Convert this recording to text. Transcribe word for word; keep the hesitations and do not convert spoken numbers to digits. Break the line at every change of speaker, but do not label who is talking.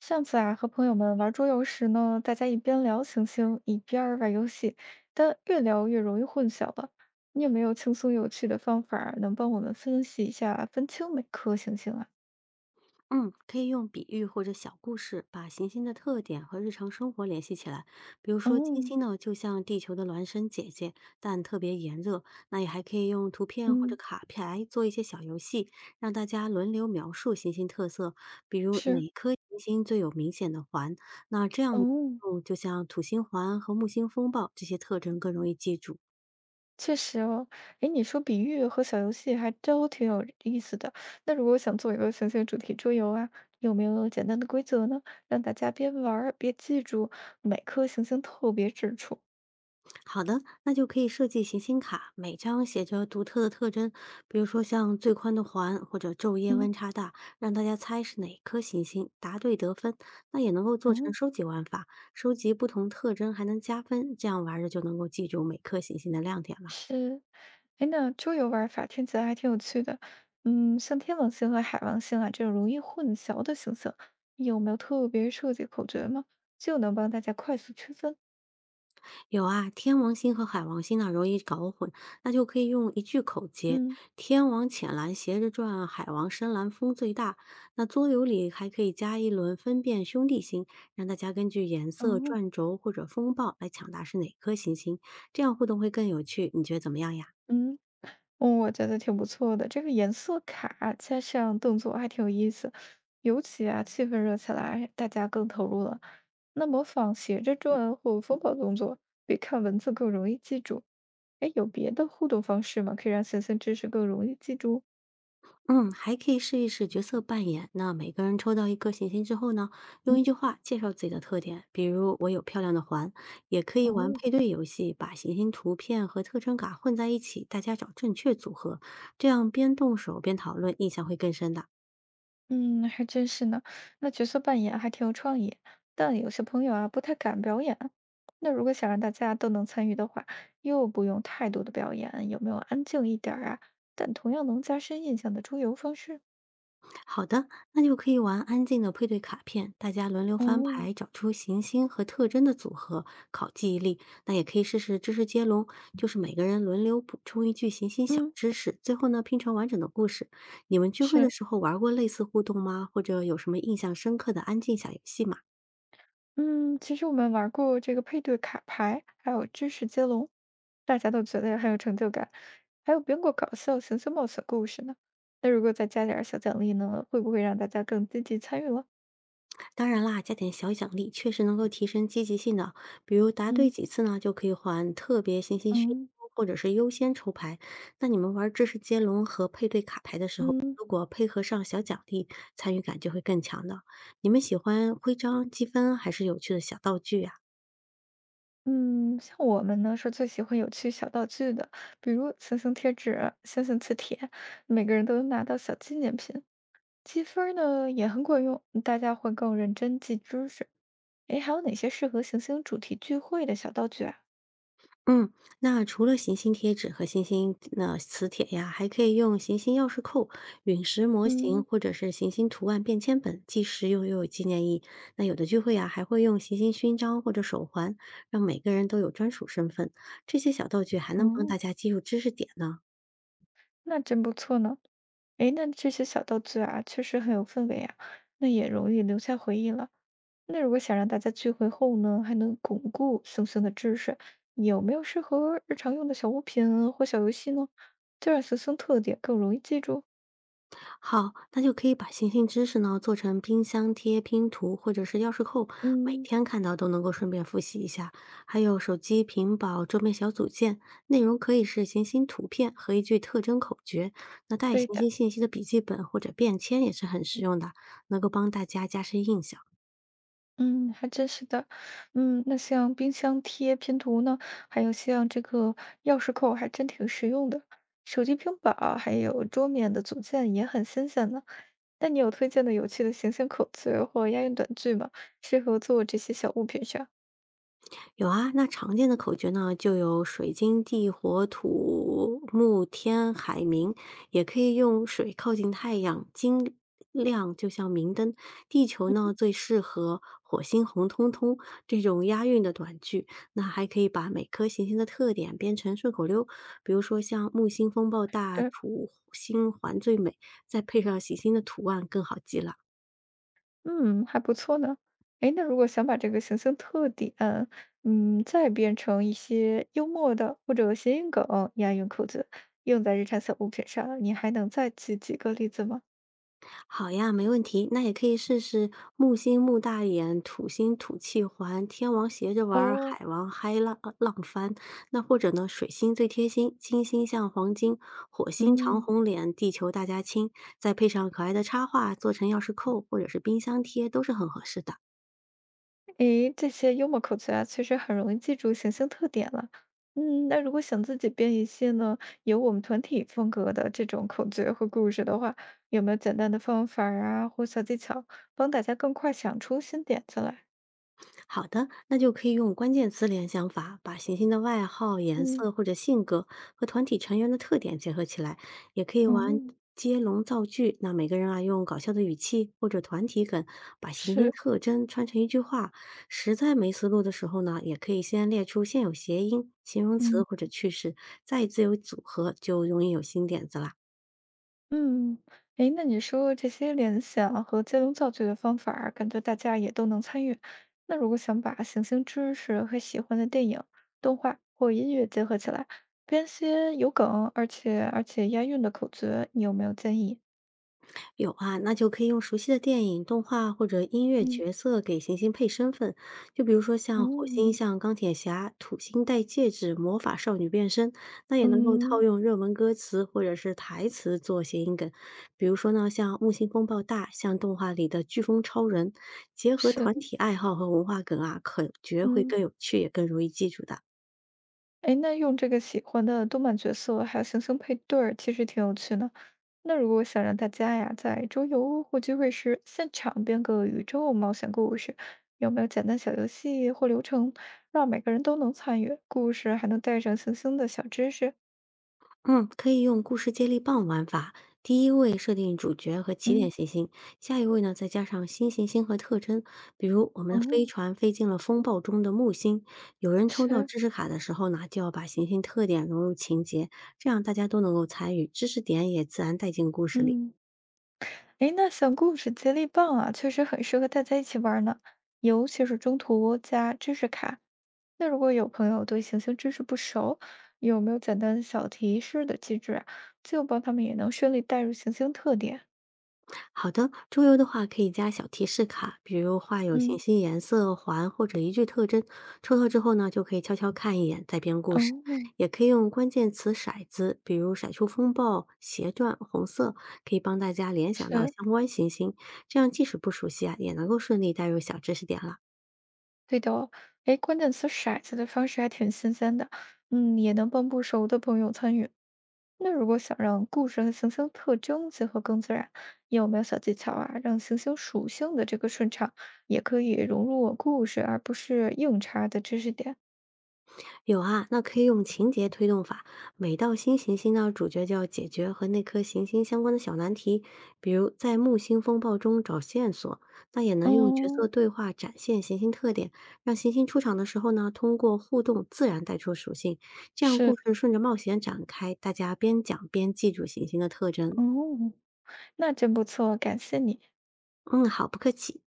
上次啊，和朋友们玩桌游时呢，大家一边聊行星，一边儿玩游戏，但越聊越容易混淆了。你有没有轻松有趣的方法儿能帮我们分析一下，分清每颗行星啊？
嗯，可以用比喻或者小故事把行星的特点和日常生活联系起来。比如说，金
哦，
星呢就像地球的孪生姐姐，但特别炎热。那也还可以用图片或者
嗯，
卡牌做一些小游戏，让大家轮流描述行星特色，比如
是，
哪颗行星最有明显的环。那这样，
哦，
嗯，就像土星环和木星风暴这些特征更容易记住。
确实哦。诶，你说比喻和小游戏还都挺有意思的。那如果想做一个行星主题桌游啊，有没有简单的规则呢？让大家边玩儿边记住每颗行星特别之处。
好的，那就可以设计行星卡，每张写着独特的特征，比如说像最宽的环或者昼夜
嗯，
温差大，让大家猜是哪一颗行星，答对得分。那也能够做成
哦，
收集玩法，收集不同特征还能加分，这样玩儿着就能够记住每颗行星的亮点了。
是。哎，那桌游玩法听起来还挺有趣的。嗯，像天王星和海王星啊这种容易混淆的星星，有没有特别设计口诀吗？就能帮大家快速区分。
有啊，天王星和海王星呢容易搞混，那就可以用一句口诀：
嗯
天王浅蓝斜着转，海王深蓝风最大。那桌游里还可以加一轮分辨兄弟星，让大家根据颜色、
哦，
转轴或者风暴来抢答是哪颗行星，这样互动会更有趣。你觉得怎么样呀？
嗯，哦我觉得挺不错的。这个颜色卡加上动作还挺有意思，尤其啊气氛热起来，大家更投入了。那模仿斜着转或风暴动作，比看文字更容易记住。哎，有别的互动方式吗？可以让星星知识更容易记住？
嗯，还可以试一试角色扮演。那每个人抽到一个行星之后呢，用
嗯。
一句话介绍自己的特点，比如我有漂亮的环，也可以玩
哦，
配对游戏，把行星图片和特征卡混在一起，大家找正确组合，这样边动手边讨论，印象会更深的。
嗯，还真是呢。那角色扮演还挺有创意，但有些朋友啊不太敢表演。那如果想让大家都能参与的话，又不用太多的表演，有没有安静一点儿啊？但同样能加深印象的出游方式？
好的，那就可以玩安静的配对卡片，大家轮流翻
哦，
牌，找出行星和特征的组合，考记忆力。那也可以试试知识接龙，就是每个人轮流补充一句行星小
嗯，
知识，最后呢拼成完整的故事。你们聚会的
是，
时候玩过类似互动吗？或者有什么印象深刻的安静小游戏吗？
嗯，其实我们玩过这个配对卡牌，还有知识接龙，大家都觉得很有成就感。还有编过搞笑、形形冒险故事呢。那如果再加点儿小奖励呢，会不会让大家更积极参与了？
当然啦，加点小奖励确实能够提升积极性的，比如答对
嗯。
几次呢，就可以换特别行星勋
嗯。
章或者是优先抽牌。那你们玩知识接龙和配对卡牌的时候，
嗯
如果配合上小奖励，参与感就会更强的。你们喜欢徽章、积分还是有趣的小道具呀、
嗯，像我们呢是最喜欢有趣小道具的，比如星星贴纸、星星磁铁，每个人都能拿到小纪念品。积分儿呢也很管用，大家会更认真记知识。诶，还有哪些适合行星主题聚会的小道具啊？
嗯，那除了行星贴纸和行星那磁铁呀，还可以用行星钥匙扣、陨石模型
嗯，
或者是行星图案便签本，既实用又有纪念意义。那有的聚会呀，还会用行星勋章或者手环，让每个人都有专属身份。这些小道具还能帮
哦，
大家记住知识点呢。
那真不错呢。诶，那这些小道具啊，确实很有氛围啊，那也容易留下回忆了。那如果想让大家聚会后呢，还能巩固星星的知识，有没有适合日常用的小物品啊或小游戏呢？就让圣生特点更容易记住。
好，那就可以把行星知识呢做成冰箱贴、拼图或者是钥匙扣，每
嗯，
天看到都能够顺便复习一下。还有手机、屏保、桌面小组件，内容可以是行星图片和一句特征口诀。那带
对
行
的。
星信息的笔记本或者便签也是很实用的，能够帮大家加深印象。
嗯，还真是的。嗯，那像冰箱贴、拼图呢，还有像这个钥匙扣，还真挺实用的。手机平板儿还有桌面的组件也很新鲜呢。那你有推荐的有趣的形象口诀或押韵短句吗？适合做这些小物品上？
有啊，那常见的口诀呢，就有水晶地火土木天海冥，也可以用水靠近太阳，晶亮就像明灯，地球呢最适合火星红彤彤这种押韵的短句。那还可以把每颗行星的特点编成顺口溜，比如说像木星风暴大，
嗯
土星环最美，再配上行星的图案更好记了。
嗯，还不错呢。诶，那如果想把这个行星特点，嗯，再变成一些幽默的或者谐音梗、押韵口诀，用在日常小物品上，你还能再举几个例子吗？
好呀，没问题。那也可以试试木星木大眼，土星土气环，天王斜着玩儿，
哦，
海王嗨浪呃浪翻。那或者呢，水星最贴心，金星像黄金，火星长
嗯，
红脸，地球大家亲，再配上可爱的插画，做成钥匙扣或者是冰箱贴都是很合适的。
诶，这些幽默口诀啊，确实很容易记住行星特点了。嗯，那如果想自己编一些呢，有我们团体风格的这种口诀和故事的话，有没有简单的方法儿啊，或小技巧，帮大家更快想出新点子来？
好的，那就可以用关键词联想法，把行星的外号、颜
嗯，
色或者性格和团体成员的特点结合起来，也可以玩
哦，
接龙造句。那每个人啊，用搞笑的语气或者团体梗，把行星
是，
特征串成一句话。实在没思路的时候呢，也可以先列出现有谐音、形容词
嗯
或者句式，再自由组合，就容易有新点子啦。
嗯，诶，那你说这些联想和接龙造句的方法儿感觉大家也都能参与。那如果想把行星知识和喜欢的电影、动画或音乐结合起来，编些有梗而且而且押韵的口诀，你有没有建议？
有啊，那就可以用熟悉的电影、动画或者音乐
嗯，
角色给行星配身份，就比如说像火星
哦，
像钢铁侠，土星戴戒指，魔法少女变身，那也能够套
嗯，
用热门歌词或者是台词做谐音梗，比如说呢，像木星风暴大，像动画里的飓风超人，结合
是，
团体爱好和文化梗啊，可觉会
嗯。
更有趣，也更容易记住的。
哎，那用这个喜欢的动漫角色，还有行星配对儿，其实挺有趣的。那如果想让大家呀，在周游或聚会时现场编个宇宙冒险故事，有没有简单小游戏或流程，让每个人都能参与？故事还能带上行星的小知识？
嗯，可以用故事接力棒玩法。第一位设定主角和起点
嗯，
行星，下一位呢再加上新行星和特征，比如我们的飞
哦，
船飞进了风暴中的木星。有人抽到
是，
知识卡的时候呢，就要把行星特点融入情节，这样大家都能够参与，知识点也自然带进故事里。
嗯。诶，那小故事接力棒啊，确实很适合大家一起玩儿呢，尤其是中途加知识卡。那如果有朋友对行星知识不熟，有没有简单的小提示的机制啊？就帮他们也能顺利带入行星特点。
好的，桌游的话可以加小提示卡，比如画有行
嗯，
星颜色环或者一句特征，抽到之后呢，就可以悄悄看一眼，再编故事。
哦，
也可以用关键词骰子，比如骰出风暴、斜转、红色，可以帮大家联想到
是
相关行星，这样即使不熟悉啊，也能够顺利带入小知识点了。
对的哦。诶，关键词骰子的方式还挺新鲜的，嗯，也能帮不熟的朋友参与。那如果想让故事和行星特征结合更自然，你有没有小技巧啊？让行星属性的这个顺畅，也可以融入我故事，而不是硬插的知识点。
有啊，那可以用情节推动法，每到新行星呢，主角就要解决和那颗行星相关的小难题，比如在木星风暴中找线索。那也能用角
嗯，
色对话展现行星特点，让行星出场的时候呢，通过互动自然带出属性。这样故
是，
事顺着冒险展开，大家边讲边记住行星的特征。
哦，那真不错，感谢你。
嗯，好，不客气。